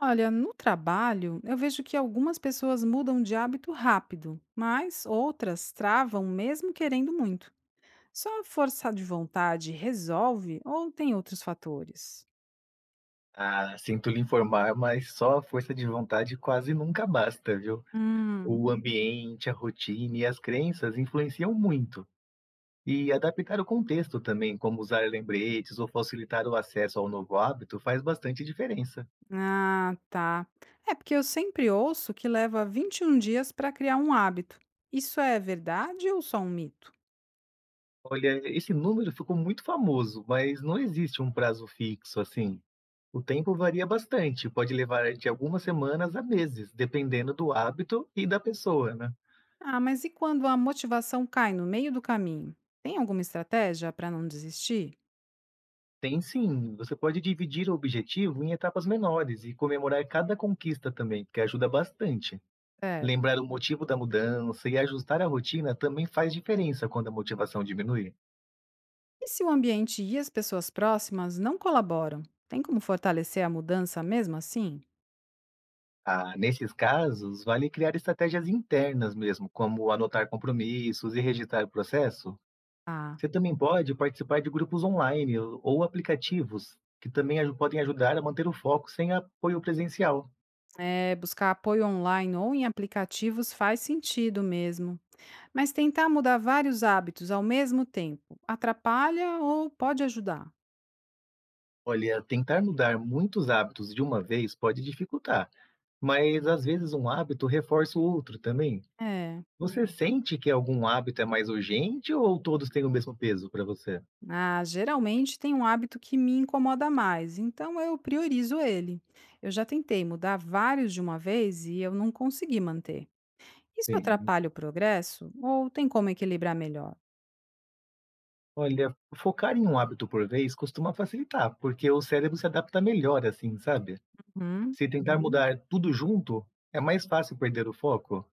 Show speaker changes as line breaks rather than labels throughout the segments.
Olha, no trabalho, eu vejo que algumas pessoas mudam de hábito rápido, mas outras travam mesmo querendo muito. Só a força de vontade resolve ou tem outros fatores?
Ah, sinto lhe informar, mas só a força de vontade quase nunca basta, viu?
Hum,
O ambiente, a rotina e as crenças influenciam muito. E adaptar o contexto também, como usar lembretes ou facilitar o acesso ao novo hábito, faz bastante diferença.
ah, tá. É porque eu sempre ouço que leva 21 dias para criar um hábito. Isso é verdade ou só um mito?
Olha, esse número ficou muito famoso, mas não existe um prazo fixo assim. O tempo varia bastante, pode levar de algumas semanas a meses, dependendo do hábito e da pessoa, né?
Ah, mas e quando a motivação cai no meio do caminho? Tem alguma estratégia para não desistir?
Tem sim, você pode dividir o objetivo em etapas menores e comemorar cada conquista também, que ajuda bastante. Lembrar o motivo da mudança e ajustar a rotina também faz diferença quando a motivação diminui.
E se o ambiente e as pessoas próximas não colaboram? Tem como fortalecer a mudança mesmo assim?
Ah, nesses casos, vale criar estratégias internas mesmo, como anotar compromissos e registrar o processo.
Ah,
Você também pode participar de grupos online ou aplicativos que também podem ajudar a manter o foco sem apoio presencial.
é, buscar apoio online ou em aplicativos faz sentido mesmo. Mas tentar mudar vários hábitos ao mesmo tempo atrapalha ou pode ajudar?
Olha, tentar mudar muitos hábitos de uma vez pode dificultar, mas às vezes um hábito reforça o outro também.
É.
Você sente que algum hábito é mais urgente ou todos têm o mesmo peso para você?
Ah, geralmente tem um hábito que me incomoda mais, então eu priorizo ele. Eu já tentei mudar vários de uma vez e eu não consegui manter. Isso
Sim.
atrapalha o progresso ou tem como equilibrar melhor?
Olha, focar em um hábito por vez costuma facilitar, porque o cérebro se adapta melhor assim, sabe?
Uhum.
Se tentar mudar tudo junto, é mais fácil perder o foco.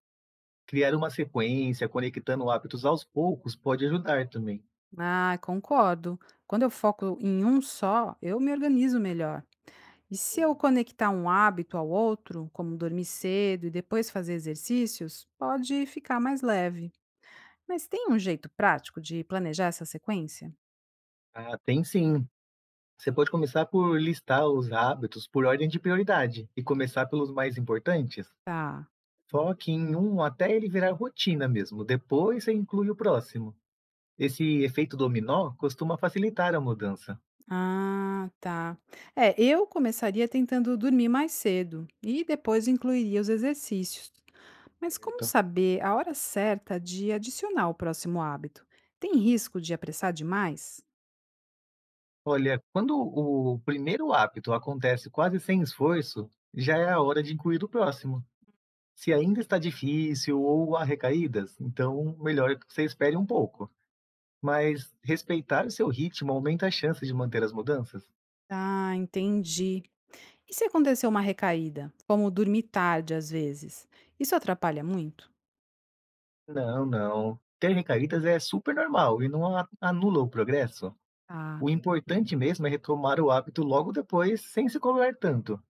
Criar uma sequência, conectando hábitos aos poucos, pode ajudar também.
Ah, concordo. Quando eu foco em um só, eu me organizo melhor. E se eu conectar um hábito ao outro, como dormir cedo e depois fazer exercícios, pode ficar mais leve. Mas tem um jeito prático de planejar essa sequência?
Ah, tem sim. Você pode começar por listar os hábitos por ordem de prioridade e começar pelos mais importantes.
Tá.
Foque em um até ele virar rotina mesmo, depois você inclui o próximo. Esse efeito dominó costuma facilitar a mudança.
Ah, tá. É, eu começaria tentando dormir mais cedo e depois incluiria os exercícios. Mas como
Certo.
saber a hora certa de adicionar o próximo hábito? Tem risco de apressar demais?
Olha, quando o primeiro hábito acontece quase sem esforço, já é a hora de incluir o próximo. Se ainda está difícil ou há recaídas, então melhor que você espere um pouco. Mas respeitar o seu ritmo aumenta a chance de manter as mudanças.
Ah, entendi. E se aconteceu uma recaída, como dormir tarde às vezes, isso atrapalha muito?
Não, não. Ter recaídas é super normal e não anula o progresso.
Ah,
O importante mesmo é retomar o hábito logo depois, sem se cobrar tanto.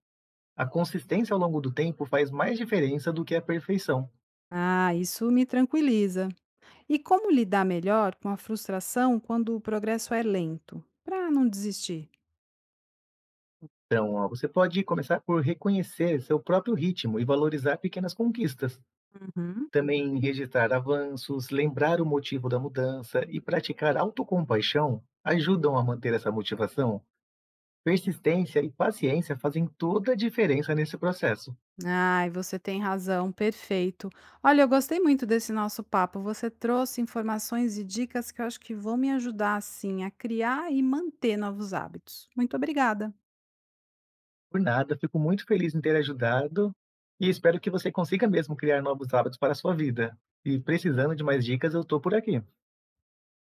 A consistência ao longo do tempo faz mais diferença do que a perfeição.
ah, isso me tranquiliza. E como lidar melhor com a frustração quando o progresso é lento, para não desistir?
Então, ó, você pode começar por reconhecer seu próprio ritmo e valorizar pequenas conquistas.
Uhum.
Também registrar avanços, lembrar o motivo da mudança e praticar autocompaixão ajudam a manter essa motivação. Persistência e paciência fazem toda a diferença nesse processo.
Ai, você tem razão, perfeito. Olha, eu gostei muito desse nosso papo. Você trouxe informações e dicas que eu acho que vão me ajudar, sim, a criar e manter novos hábitos. Muito obrigada.
Por nada, fico muito feliz em ter ajudado e espero que você consiga mesmo criar novos hábitos para a sua vida. E precisando de mais dicas, eu estou por aqui.